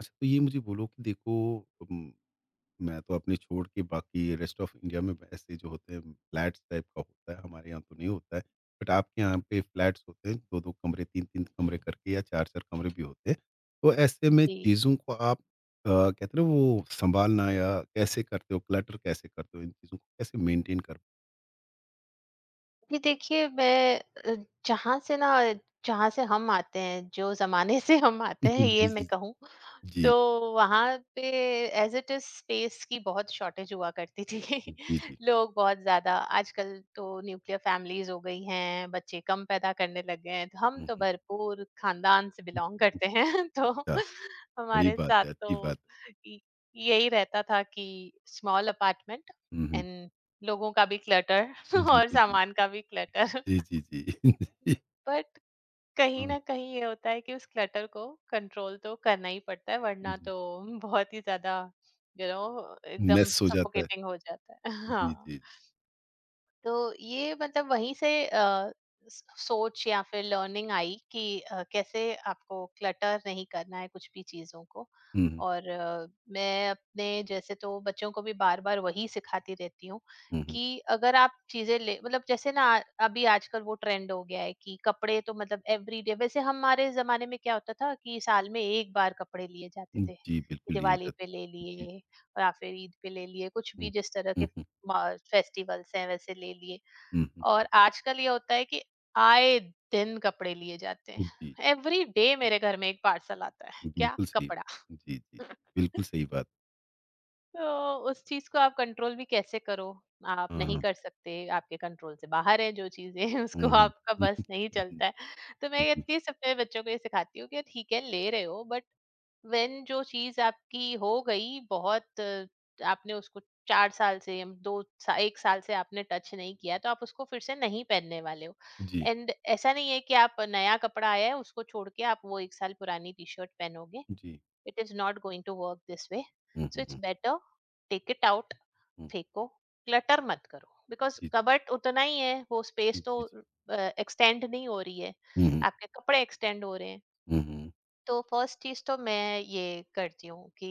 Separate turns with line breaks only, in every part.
अच्छा, तो ये मुझे बोलो कि देखो उम, मैं तो अपने छोड़ के बाकी रेस्ट ऑफ इंडिया में ऐसे जो होते हैं फ्लैट्स टाइप का होता है, हमारे यहाँ तो नहीं होता है। बट आपके यहाँ पे फ्लैट्स होते हैं 2-2 कमरे, 3-3 कमरे करके या 4-4 कमरे भी होते हैं। तो ऐसे में
जी।
चीज़ों को आप कहते हैं ना वो सँभालना या कैसे करते हो, क्लटर कैसे करते हो? इन चीज़ों को कैसे मेंटेन कर
जी, देखिए मैं अ, जहाँ से ना जहाँ से हम आते हैं, जो ज़माने से हम आते हैं ये
जी,
मैं
जी,
कहूँ,
जी।
तो वहाँ पे एज़ इट इज़ स्पेस की बहुत शॉर्टेज हुआ करती थी।
जी, जी।
लोग बहुत ज़्यादा आजकल तो न्यूक्लियर फैमिलीज़ हो गई हैं, बच्चे कम पैदा करने लग गए हैं, तो हम
हुँ,
तो
हुँ।
भरपूर ख़ानदान से बिलॉन्ग करते हैं। तो
अच्छा, बड़ी
हमारे
बात
साथ
है, अच्छी
तो
बात है।
य यही रहता था कि स्मॉल अपार्टमेंट
हुँ, हुँ।
एंड लोगों का भी क्लटर
जी,
और
जी, जी।
सामान का भी क्लटर।
जी, जी, जी। जी।
बट कहीं
हाँ।
न कहीं ये होता है कि उस क्लटर को कंट्रोल तो करना ही पड़ता है, वरना
जी,
तो बहुत ही ज़्यादा यू नो एकदम
मेस हो जाता है।
सफोकेटिंग हो जाता है।
जी,
हाँ।
जी।
तो ये मतलब वहीं से सोच या फिर लर्निंग आई कि कैसे आपको क्लटर नहीं करना है कुछ भी चीजों को।
हुँ, हुँ,
और मैं अपने जैसे तो बच्चों को भी बार बार वही सिखाती रहती हूँ
हुँ, हुँ।
कि अगर आप चीजें ले मतलब जैसे ना अभी आजकल वो ट्रेंड हो गया है कि कपड़े तो मतलब एवरीडे, वैसे हमारे जमाने में क्या होता था कि साल में एक बार कपड़े लिए जाते
हुँ,
थे।
जी, बिल्कुल लिए
दिवाली पे ले
जाते जी, जी।
लिए या फिर ईद पे ले लिए, कुछ
हुँ,
भी जिस तरह के
हुँ, हुँ,
फेस्टिवल्स हैं वैसे ले लिए।
हुँ, हुँ।
और आजकल ये होता है कि आए दिन कपड़े लिए जाते
जी,
हैं। एवरी डे मेरे घर में एक पार्सल आता है क्या
बिल्कुल सही।
कपड़ा।
जी, जी, बिल्कुल सही बात।
तो उस चीज को आप कंट्रोल भी कैसे करो, आप
हाँ,
नहीं
हाँ।
कर सकते, आपके कंट्रोल से बाहर है जो चीजें हैं,
हुँ,
उसको
हुँ।
आपका
हुँ, हुँ,
बस नहीं चलता है। तो मैं ये-
जी,
ये सबसे बच्चों को ये सिखाती हूँ कि ठीक है ले रहे हो, बट व्हेन जो चीज आपकी हो गई बहुत आपने उसको 4 साल से या 2 सा 1 साल से आपने टच नहीं किया, तो आप उसको फिर से नहीं पहनने वाले हो।
जी,
एंड ऐसा नहीं है कि आप नया कपड़ा आया है, उसको छोड़ के आप वो 1 साल पुरानी टी-शर्ट पहनोगे।
जी।
It is not going to work this way.
Hmm,
so
hmm,
it's
hmm,
better, take it out,
hmm.
फेंको, क्लटर मत करो बिकॉज़
जी,
कबर्ड उतना ही है, वो
जी,
स्पेस तो
जी, जी।
अ, एक्सटेंड नहीं हो रही है।
हुँ, हुँ,
आपके कपड़े एक्सटेंड हो रहे हैं।
हुँ, हुँ,
तो फर्स्ट चीज तो मैं ये करती हूँ कि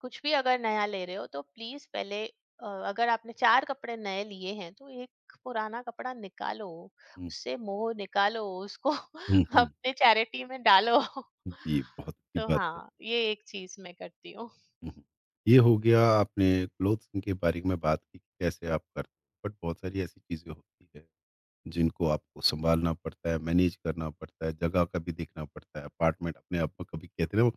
कुछ भी अगर नया ले रहे हो तो प्लीज पहले अगर आपने चार कपड़े नए लिए हैं तो एक पुराना कपड़ा निकालो,
हुँ,
उससे मोह निकालो, उसको
हुँ, हुँ।
अपने चैरिटी में डालो।
जी, बहुत अच्छी
तो
बात है।
हाँ, ये एक चीज मैं करती हूँ
हुँ, हुँ। ये हो गया आपने क्लोथ्स के बारे में बात की कि कैसे आप करते, बट बहुत सारी ऐसी चीज़ें होती है। जिनको आपको सँभालना पड़ता है, मैनेज करना पड़ता है, जगह का भी देखना पड़ता है, अपार्टमेंट अपने आप में कभी कहते हैं ना वो,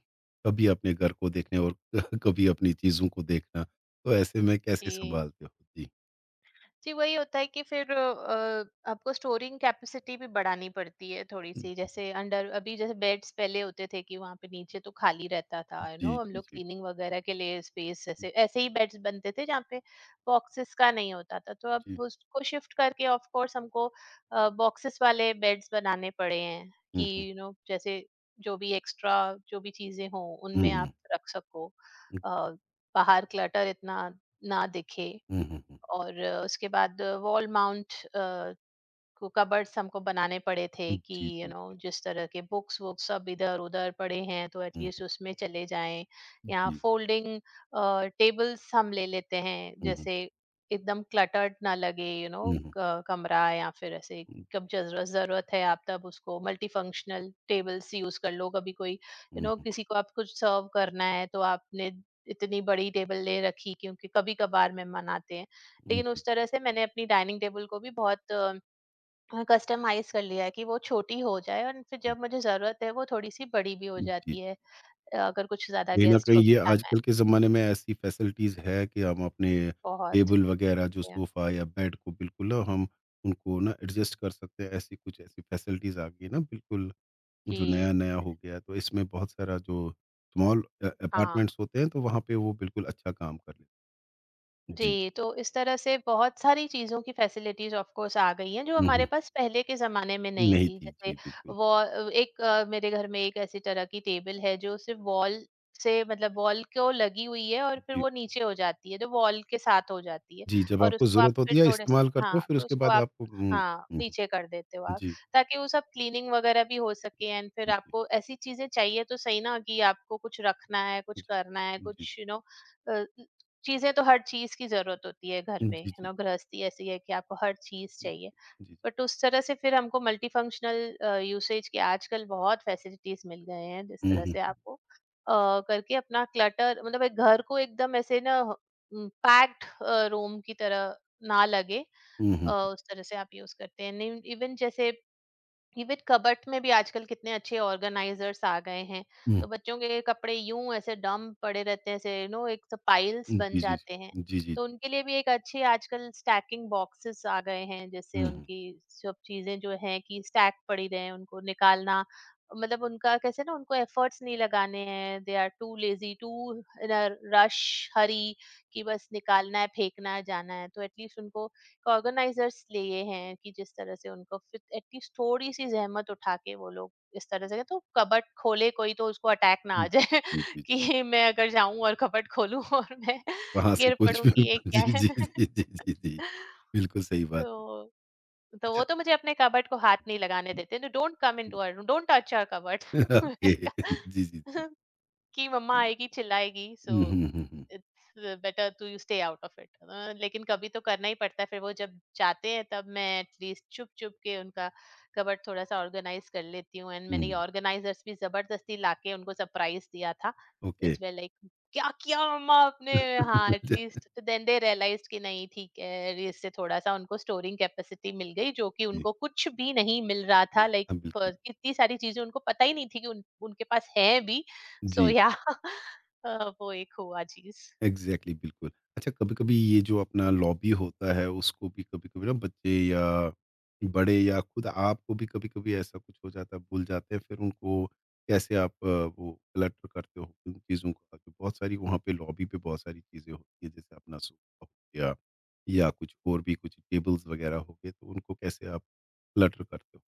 कभी अपने घर को देखने और कभी अपनी चीज़ों को देखना, तो ऐसे में कैसे
कि
सँभालते हो? जी।
जी, वही होता है कि फिर आपको स्टोरिंग कैपेसिटी भी बढ़ानी पड़ती है
हुँ,
थोड़ी-सी। जैसे अंडर अभी जैसे बेड्स पहले होते थे कि वहाँ पे नीचे तो खाली रहता था, यू
जी,
नो हम
जी,
लोग
जी।
क्लीनिंग वगैरह के लिए स्पेस, ऐसे
हुँ,
ऐसे ही बेड्स बनते थे जहाँ पे बॉक्सेस का नहीं होता था। तो
जी।
अब उसको शिफ्ट करके ऑफ कोर्स हमको बॉक्सेस वाले बेड्स बनाने पड़े हैं कि
हुँ, हुँ,
यू नो जैसे जो भी एक्स्ट्रा, जो भी चीज़ें हों
हुँ,
उनमें आप
हुँ,
रख सको।
हुँ,
अ, बाहर क्लटर इतना ना दिखे।
हुँ, हुँ, हुँ,
और उसके बाद वॉल माउंट कबर्ड्स हमको बनाने पड़े थे
हुँ,
कि
जी,
यू you नो know, जिस तरह के बुक्स वुक्स सब इधर उधर पड़े हैं तो
हुँ,
एटलीस्ट उसमें चले जाएं। या
जी,
फोल्डिंग टेबल्स हम ले लेते हैं,
हुँ, हुँ,
जैसे एकदम क्लटर्ड ना लगे you you
hmm, hmm,
know कमरा, या फिर ऐसे कब जरूरत जरूरत है आप तब उसको मल्टी फंक्शनल टेबल्स यूज कर लो, कभी कोई you you
hmm,
know know,
हुँ,
किसी को आप कुछ सर्व करना है तो आपने इतनी बड़ी टेबल ले रखी क्योंकि कभी कभार मेहमान आते हैं,
हुँ,
लेकिन
जी,
उस तरह से मैंने अपनी डाइनिंग टेबल को भी बहुत कस्टमाइज कर लिया है कि वो छोटी हो जाए और फिर
हुँ,
जब मुझे जरूरत है वो थोड़ी सी बड़ी भी हो
जी।
जाती है, अगर कुछ ज्यादा
कहीं न
गेस्ट
कहीं
को
ये
बिठाना है।
आजकल के ज़माने में ऐसी फैसिलिटीज़ है कि हम अपने
बहुत।
टेबल वगैरह जो
या।
सोफ़ा या बेड को बिल्कुल ना हम उनको ना एडजस्ट कर सकते हैं, ऐसी कुछ ऐसी फैसिलिटीज़ आ गई है ना बिल्कुल, जो
जी।
नया-नया हो गया है। तो इसमें बहुत सारा जो स्मॉल
हाँ।
अपार्टमेंट्स होते हैं तो वहाँ पे वो बिल्कुल अच्छा काम कर ले। जी।
जी, तो इस तरह से बहुत सारी चीज़ों की फैसिलिटीज़ ऑफ़ कोर्स आ गई हैं, जो
हुँ,
हमारे
हुँ।
पास पहले के ज़माने में नहीं
नहीं
थी।
थी।
जैसे
जी, बिल्कुल।
एक मेरे घर में एक ऐसी तरह की टेबल है, जो सिर्फ़ वॉल से मतलब वॉल को लगी हुई है और फिर
जी,
वो नीचे हो जाती है, जो वॉल के साथ हो जाती है।
जी, जब
और
आपको
उसको आप
ज़रूरत
फिर
होती है
थोड़े-से,
इस्तेमाल करते
हाँ,
हो फिर
तो
उसके
उसको
बाद
आप,
आपको हुँ,
हाँ,
हुँ,
नीचे कर देते हो आप,
जी,
ताकि वो सब क्लीनिंग वग़ैरह भी हो सके। एंड फिर
जी, जी,
आपको
जी।
ऐसी चीज़ें चाहिए तो सही ना कि आपको कुछ रखना है, कुछ करना है,
जी, जी।
कुछ यू नो अ, चीजें तो हर चीज की जरूरत होती है घर
जी,
में,
जी,
है
जी,
ना, गृहस्थी ऐसी है कि आपको हर चीज
जी,
चाहिए।
जी, जी।
बट उस तरह से फिर हमको मल्टीफंक्शनल यूसेज के आजकल बहुत फैसिलिटीज मिल गए हैं, जिस
हुँ,
तरह
हुँ।
से आपको करके अपना क्लटर मतलब एक घर को एकदम ऐसे ना पैक्ड रूम की तरह ना लगे।
हुँ, हुँ,
उस तरह से आप यूज करते हैं इवन जैसे इवन कबर्ट में भी आजकल कितने अच्छे ऑर्गेनाइजर्स आ गए हैं।
हुँ।
तो बच्चों के कपड़े यूं ऐसे डम पड़े रहते हैं, ऐसे यू नो एक तो पाइल्स बन
जी, जी, जी।
जाते हैं।
जी, जी,
तो
जी।
उनके लिए भी एक अच्छे आजकल स्टैकिंग बॉक्सेस आ गए हैं, जैसे
हुँ, हुँ।
उनकी सब चीजें जो हैं कि स्टैक पड़ी रहे, उनको निकालना मतलब उनका कैसे ना, उनको एफर्ट्स नहीं लगाने हैं, they are too lazy to rush hurry कि बस निकालना है, फेंकना है, जाना है, तो एटलीस्ट उनको ऑर्गेनाइजर्स लिए हैं कि जिस तरह से उनको फिर एटलीस्ट थोड़ी सी जहमत उठा के वो लोग इस तरह से तो कबट खोले, कोई तो उसको अटैक ना
हुँ।
आ जाए
जी, जी, जी।
कि मैं अगर जाऊं और कबट खोलूं और मैं
वहाँ से
गिर
कुछ
पड़ूं कि ये
बिल्कुल
क्या
जी,
है।
जी, जी, जी, जी, जी। बिल्कुल सही बात है।
तो तो
अच्छा
वो तो मुझे अपने कबट को हाथ नहीं लगाने देते, तो don't come into our, don't touch our cupboard.
Okay जी, जी, जी।
कि मम्मा आएगी चिल्लाएगी, so
hmm, hmm, hmm, hmm.
It's better to you stay out of it. लेकिन कभी तो करना ही पड़ता है, फिर वो जब जाते हैं तब मैं एटलीस्ट चुप चुप के उनका कबर्ड थोड़ा सा ऑर्गेनाइज कर लेती हूँ। एंड
हुँ,
मैंने ये ऑर्गेनाइजर्स भी जबरदस्ती लाके उनको सरप्राइज दिया था,
ओके।
विच वे लाइक क्या किया मम्मा आपने। हाँ
अच्छा
एटलीस्ट देन दे रियलाइज कि नहीं ठीक है, इससे थोड़ा सा उनको स्टोरिंग कैपेसिटी मिल गई, जो कि
जी।
उनको कुछ भी नहीं मिल रहा था। लाइक
हाँ, बिल्कुल।
इतनी सारी चीजें उनको पता ही नहीं थी कि उनके पास है भी। So
जी।
yeah, वो एक हुआ चीज़।
एग्जैक्टली exactly, बिल्कुल। अच्छा, कभी-कभी ये जो अपना लॉबी होता है उसको भी कभी-कभी ना बच्चे या बड़े या खुद आपको भी कभी-कभी ऐसा कुछ हो जाता है, भूल जाते हैं फिर उनको कैसे आप वो क्लटर करते हो उन चीज़ों का? तो बहुत सारी वहाँ पे लॉबी पे बहुत सारी चीज़ें होती है जैसे अपना सोफ़ा हो गया या कुछ और भी कुछ टेबल्स वगैरह हो गए तो उनको कैसे आप क्लटर करते हो?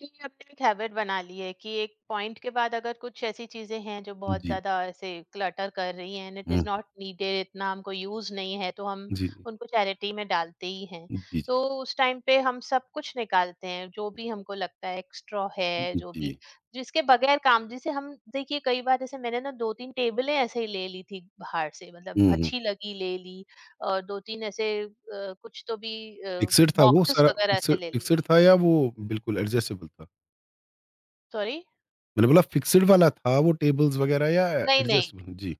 कि आपने एक हैबिट बना ली है कि एक पॉइंट के बाद अगर कुछ ऐसी चीजें हैं जो बहुत
जी।
ज्यादा ऐसे क्लटर कर रही हैं and it is
hmm,
not needed, इतना हमको यूज नहीं है, तो हम
जी, जी।
उनको चैरिटी में डालते ही हैं।
जी, जी।
तो उस टाइम पे हम सब कुछ निकालते हैं जो भी हमको लगता है एक्स्ट्रा है, जो भी
जी।
जिसके बगैर काम, जैसे हम देखिए कई बार जैसे मैंने ना दो तीन टेबलें ऐसे ही ले ली थी बाहर से, मतलब
हुँ, हुँ।
अच्छी लगी ले ली। और दो तीन ऐसे कुछ तो भी
फिक्स्ड था वो
बॉक्सेस
सारा
वगैरह
फिक्स्ड
ऐसे ले ली।
फिक्स्ड था या वो बिल्कुल एडजस्टेबल था?
सॉरी,
मैंने बोला फिक्स्ड वाला था वो टेबल्स वगैरह या
नहीं नहीं,
एडजस्टेबल? जी।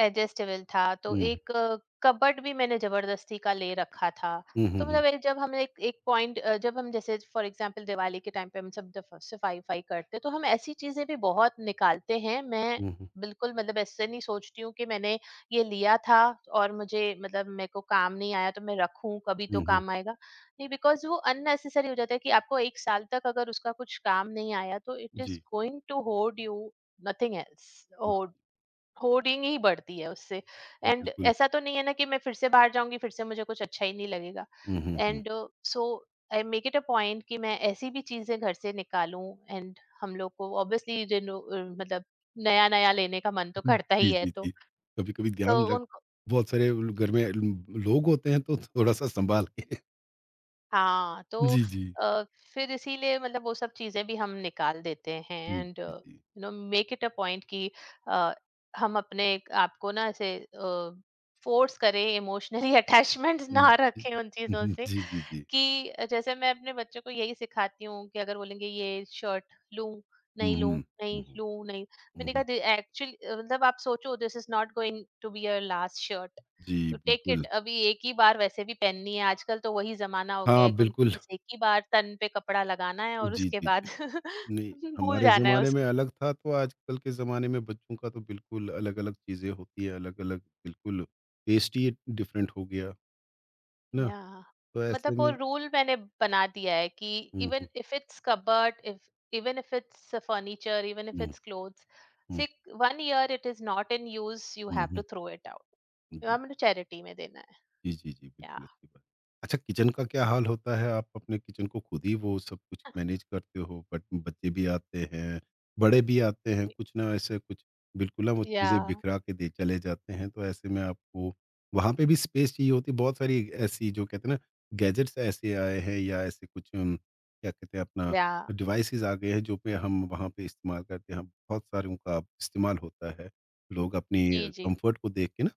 एडजस्टेबल था, तो
हुँ,
एक कबर्ड भी मैंने ज़बरदस्ती का ले रखा था।
हुँ, हुँ,
तो
हुँ,
मतलब एक जब हम एक एक पॉइंट जब हम जैसे फॉर एग्ज़ाम्पल दिवाली के टाइम पे हम सब दफ सफाई-वफाई करते हैं, तो हम ऐसी चीज़ें भी बहुत निकालते हैं। मैं
हुँ, हुँ,
बिल्कुल मतलब ऐसे नहीं सोचती हूँ कि मैंने ये लिया था और मुझे मतलब मेरे को काम नहीं आया तो मैं रखूँ, कभी तो
हुँ, हुँ,
काम आएगा। नहीं, बिकॉज़ वो अननेसेसरी हो जाता है कि आपको 1 साल तक अगर उसका कुछ काम नहीं आया, तो इट इज़
जी,
going to hoard you nothing else.
Hmm,
hoarding ही बढ़ती है उससे। एंड
बिल्कुल।
ऐसा तो नहीं है ना कि मैं फिर से बाहर जाऊंगी फिर से मुझे कुछ अच्छा ही नहीं लगेगा।
Hmm, hmm, hmm,
and so I make it a point कि मैं ऐसी भी चीजें घर से निकालूं एंड हम लोग को ऑब्वियसली मतलब नया नया लेने का मन तो करता ही
जी,
है,
जी, जी। कभी-कभी
तो
ध्यान रख,
उनको
बहुत सारे घर में ल लोग होते हैं तो थोड़ा-सा सँभाल के
हाँ तो
जी, जी।
अ, फिर इसीलिए मतलब वो सब चीजें भी हम निकाल देते हैं,
हुँ,
एंड यू
जी, जी।
No make it a point कि अ, हम अपने आपको ना ऐसे फोर्स करें इमोशनली अटैचमेंट्स ना
हुँ, जी,
रखें
जी।
उन
हुँ,
चीजों
हुँ,
से।
जी, जी, जी।
कि जैसे मैं अपने बच्चों को यही सिखाती हूँ कि अगर बोलेंगे ये शर्ट लूं
हुँ,
नहीं लूं
हुँ,
नहीं
हुँ, हुँ,
लूं नहीं,
हुँ,
मैंने
हुँ।
कहा एक्चुअली मतलब आप सोचो this is not going to be your last shirt.
जी,
यू टेक
बिल्कुल।
इट अभी एक ही बार, वैसे भी पहननी है, आजकल तो वही जमाना हो गया
हाँ,
है कि उनको
बिल्कुल।
बस एक ही बार तन पे कपड़ा लगाना है और
जी,
उसके
जी,
बाद
जी। नहीं,
भूल
हमारे
जाना है।
ज़माने में अलग था तो आजकल के ज़माने में बच्चों का तो बिल्कुल अलग-अलग चीज़ें होती है, अलग-अलग बिल्कुल टेस्ट ही डिफरेंट हो गया, है ना?
या
तो
मतलब
ऐसे
वो
में
रूल मैंने बना दिया है कि
hmm,
even
hmm,
if it's cupboard, if even if it's furniture, even if
hmm,
it's clothes,
hmm,
see one year it is not in use you
hmm,
have to
hmm,
throw it out.
जी।
हमें charity में देना है।
जी, जी, जी,
या।
बिल्कुल अच्छी बात। अच्छा, किचन का क्या हाल होता है? आप अपने किचन को खुद ही वो सब कुछ मैनेज करते हो, बट बच्चे भी आते हैं, बड़े भी आते हैं, कुछ ना ऐसे कुछ बिल्कुल ना वो
या।
चीज़ें बिखरा के दे चले जाते हैं, तो ऐसे में आपको वहाँ पे भी स्पेस चाहिए होती है। बहुत सारी ऐसी जो कहते हैं ना गैजेट्स ऐसे आए हैं या ऐसे कुछ क्या कहते हैं अपना
या।
डिवाइसेज़ आ गए हैं जो पे हम वहाँ पे इस्तेमाल करते हैं। बहुत सारों का इस्तेमाल होता है। लोग अपनी
जी। जी।
कम्फर्ट को देख के ना,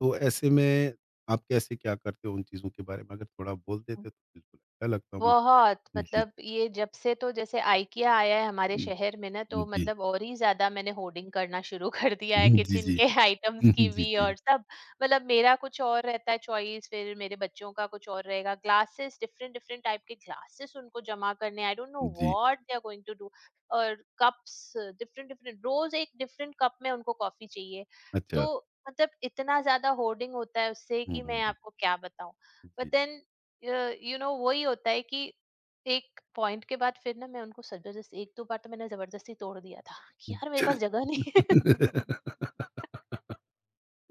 तो ऐसे में आप कैसे क्या करते हो उन चीज़ों के बारे में, अगर थोड़ा बोल देते तो बिल्कुल अच्छा लगता मुझे।
बहुत
जी,
मतलब, ये जब से तो जैसे IKEA आया है हमारे
हुँ,
शहर में ना, तो
जी,
मतलब और ही ज़्यादा मैंने होर्डिंग करना शुरू कर दिया है
हुँ, जी,
किचन
जी।
के आइटम्स की
जी,
भी
जी,
और सब। मतलब मेरा कुछ और रहता है चॉइस, फिर मेरे बच्चों का कुछ और रहेगा। ग्लासेस, डिफरेंट डिफरेंट टाइप के ग्लासेस उनको जमा करने। आई डोंट नो
जी।
What they are going to do. और कप्स, डिफरेंट डिफरेंट, रोज एक डिफरेंट कप में उनको कॉफी चाहिए। तो
अच्छा।
मतलब इतना ज्यादा होर्डिंग होता है उससे
हुँ,
कि मैं
हुँ, हुँ।
आपको क्या बताऊं।
जी।
बट देन वही होता है कि एक पॉइंट के बाद फिर ना मैं उनको जबरदस्ती, एक दो बार तो मैंने जबरदस्ती तोड़ दिया था कि यार मेरे पास जगह नहीं है।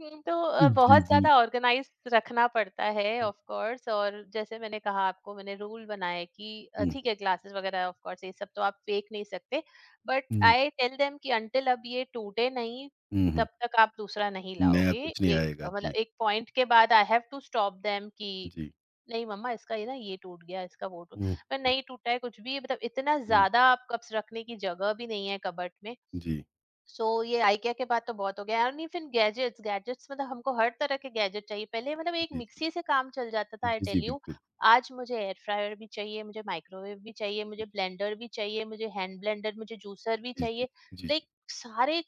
तो
जी,
बहुत
जी।
ज्यादा ऑर्गेनाइज रखना पड़ता है ऑफ कोर्स। और जैसे मैंने कहा आपको, मैंने रूल बनाया है कि
हुँ,
ठीक है, क्लासेस वगैरह ऑफ कोर्स ये सब तो आप फेंक नहीं सकते। But
hmm,
I tell them कि अंटिल अब ये टूटे नहीं,
हुँ, हुँ।
तब तक आप दूसरा नहीं
नया
लाओगे।
कुछ नहीं
एक
आएगा।
मतलब
जी,
एक पॉइंट के बाद I have to stop them कि
जी।
नहीं मम्मा, इसका ये ना, ये टूट गया, इसका वो टूट।
हुँ,
पर
हुँ,
नहीं टूटा है कुछ भी। मतलब इतना
हुँ।
ज्यादा आप कप्स रखने की जगह भी नहीं है कबर्ट में।
जी,
सो ये आइकिया के बाद तो बहुत हो गया। और इवन गैजेट्स, गैजेट्स मतलब हमको हर तरह के गैजेट चाहिए। पहले मतलब एक
जी, जी।
मिक्सी से काम चल जाता था,
जी,
आई
जी,
टेल यू।
बिल्कुल।
आज मुझे एयर फ्रायर भी चाहिए, मुझे माइक्रोवेव भी चाहिए,
जी,
मुझे ब्लेंडर भी चाहिए, मुझे हैंड ब्लेंडर, मुझे जूसर भी
जी, जी,
चाहिए।
जी,
लाइक सारे,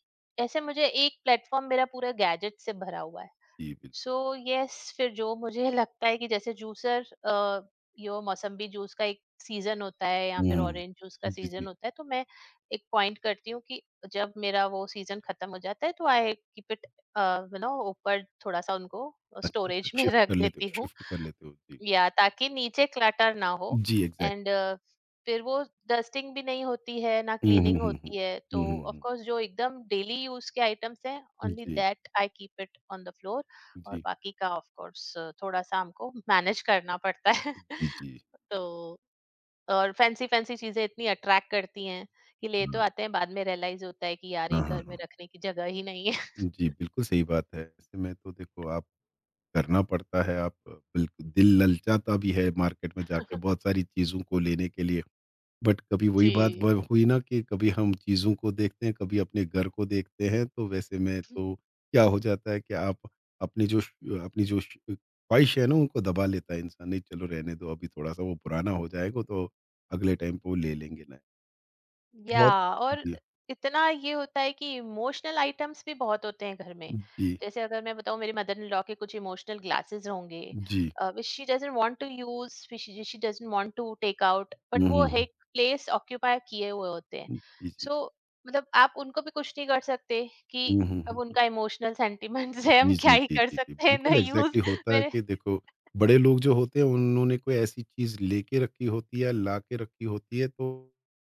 ऐसे मुझे एक प्लेटफॉर्म मेरा पूरा गैजेट से भरा हुआ है।
जी, बिल
सो यस। फिर जो मुझे लगता है कि जैसे जूसर, यो मौसम्बी जूस का एक सीजन होता है या
हुँ,
फिर
हुँ।
ऑरेंज जूस का
जी, जी।
सीजन होता है, तो मैं एक पॉइंट करती हूँ कि जब मेरा वो सीजन खत्म हो जाता है, तो आई कीप इट, ऊपर, थोड़ा सा उनको
अच्छा,
स्टोरेज
अच्छा।
में
शिफ्ट
रख
कर लेते
देती
हो
हूँ
शिफ्ट कर लेते हो। जी।
या, ताकि नीचे क्लटर ना हो।
जी, एग्ज़ैक्टली।
एंड फिर वो डस्टिंग भी नहीं होती है ना,
हुँ, हुँ,
क्लीनिंग
हुँ, हुँ।
होती है। तो
हुँ, हुँ,
ऑफ
हुँ।
कोर्स जो एकदम डेली यूज के आइटम्स हैं, ओनली
जी,
that I keep it on the floor. और
जी,
बाकी का ऑफ कोर्स थोड़ा सा हमको मैनेज करना पड़ता है।
जी, जी।
तो और फैंसी फैंसी चीजें इतनी अट्रैक्ट करती हैं कि ले तो
हाँ,
आते हैं, बाद में रियलाइज होता है कि यार
हाँ,
ये
हाँ,
घर में
हाँ।
रखने की जगह ही नहीं है।
जी, बिल्कुल सही बात है। ऐसे में तो देखो आप करना पड़ता है, आप बिल्कुल दिल ललचाता भी है मार्केट में जाके बहुत सारी चीज़ों को लेने के लिए। बट कभी वही बात
जी।
ब हुई ना कि कभी हम चीज़ों को देखते हैं, कभी अपने घर को देखते हैं, तो वैसे में तो क्या हो जाता है कि आप अपनी जो श अपनी जो श ख्वाहिश है ना, उनको दबा लेता है इंसान, नहीं चलो रहने दो, अभी थोड़ा-सा वो पुराना हो जाएगा, तो अगले टाइम पे वो ले लेंगे नया।
या,
बहुत
और
जी,
इतना ये होता है कि इमोशनल आइटम्स भी बहुत होते हैं घर में।
जी,
जैसे अगर मैं बताऊं, मेरी मदर इन लॉ के कुछ इमोशनल ग्लासेस होंगे
जी।
Which she doesn't want to use, she doesn't want to take out,
hmm,
but वो
हुँ, हुँ।
एक प्लेस ऑक्यूपाई किए हुए होते हैं।
जी, जी।
सो मतलब आप उनको भी कुछ नहीं कर सकते कि
हुँ, हुँ,
अब
हुँ।
उनका इमोशनल सेंटिमेंट्स है, हम
जी, जी,
क्या ही
जी,
कर
जी, जी।
सकते हैं ना,
बिल्कुल
यूज।
एग्ज़ैक्टली होता है
मेरे
कि देखो, बड़े लोग जो होते हैं उन्होंने कोई ऐसी चीज़ लेके रखी होती है या ला के रखी होती है तो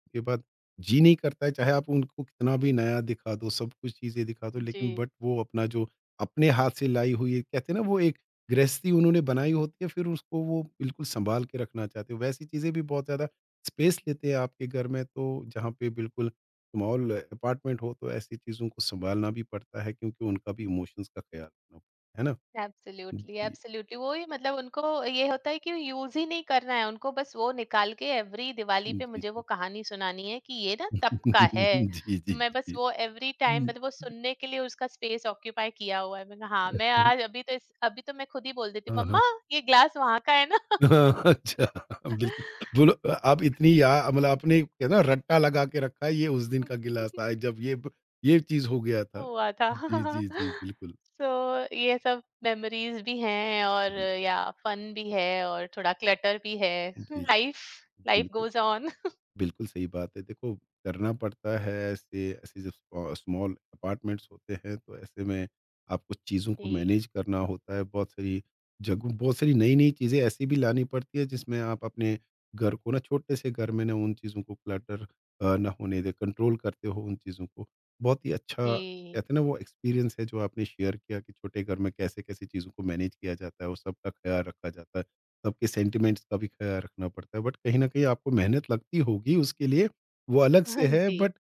उसके बाद जी नहीं करता है, चाहे आप उनको कितना भी नया दिखा दो, सब कुछ चीज़ें दिखा दो
जी,
लेकिन बट वो अपना जो अपने हाथ से लाई हुई है, कहते हैं ना वो एक गृहस्थी उन्होंने बनाई होती है फिर उसको वो बिल्कुल सँभाल के रखना चाहते हो। वैसी चीज़ें भी बहुत ज़्यादा स्पेस लेते हैं आपके घर में तो जहाँ पे बिल्कुल स्मॉल अपार्टमेंट हो तो ऐसी चीज़ों को सँभालना भी पड़ता है क्योंकि उनका भी इमोशंस का ख़्याल रखना पड़ता है ना?
एब्सोल्युटली
जी,
एब्सोल्युटली वो ही। मतलब उनको ये होता है कि यूज ही नहीं करना है उनको, बस वो निकाल के एवरी दिवाली
जी,
पे मुझे वो
जी।
कहानी सुनानी है कि ये ना तब का है,
जी,
तो
जी,
मैं बस
जी।
वो एवरी टाइम
हुँ।
मतलब वो सुनने के लिए उसका स्पेस ऑक्यूपाई किया हुआ है। मैं कहा, हाँ, मैं आज, अभी तो इस, अभी तो मैं खुद ही बोल देती हूँ
हाँ, हाँ।
मम्मा ये ग्लास वहां का है ना।
अच्छा, बिल्कुल, बोलो आप इतनी या मतलब आपने है ना रट्टा लगा के रखा है, ये उस दिन का गिलास था जब ये ब ये चीज़ हो गया था।
हुआ था।
जी, जी, जी, बिल्कुल।
सो so, ये सब मेमोरीज भी हैं और
जी,
या फन भी है और थोड़ा क्लटर भी है।
जी,
लाइफ, लाइफ
बिल्कुल।
Goes on.
बिल्कुल सही बात है। देखो, करना पड़ता है ऐसे ऐसे जब स्मॉल अपार्टमेंट्स होते हैं, तो ऐसे में आपको चीज़ों को मैनेज करना होता है। बहुत सारी जगह, बहुत सारी नई-नई चीज़ें ऐसी भी लानी पड़ती है, जिसमें आप अपने घर को ना छोटे से घर में ना उन चीज़ों को क्लटर ना होने दें, कंट्रोल करते हो उन चीज़ों को। बहुत ही अच्छा,
जी।
कहते हैं ना वो एक्सपीरियंस है जो आपने शेयर किया, कि छोटे घर में कैसे-कैसे चीज़ों को मैनेज किया जाता है और सबका ख्याल रखा जाता है। सबके सेंटिमेंट्स का भी ख्याल रखना पड़ता है, बट कहीं न कहीं आपको मेहनत लगती होगी उसके लिए, वो अलग से
हाँ
है,
जी।
बट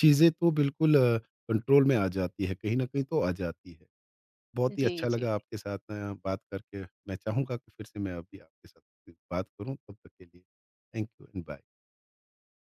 चीज़ें तो बिल्कुल कंट्रोल में आ जाती है, कहीं न कहीं तो आ जाती है। बहुत ही
जी,
अच्छा
जी।
लगा आपके साथ बात करके, मैं चाहूँगा कि फिर से मैं अभी आपके साथ बात करूँ, तब तक के लिए थैंक यू एंड बाय।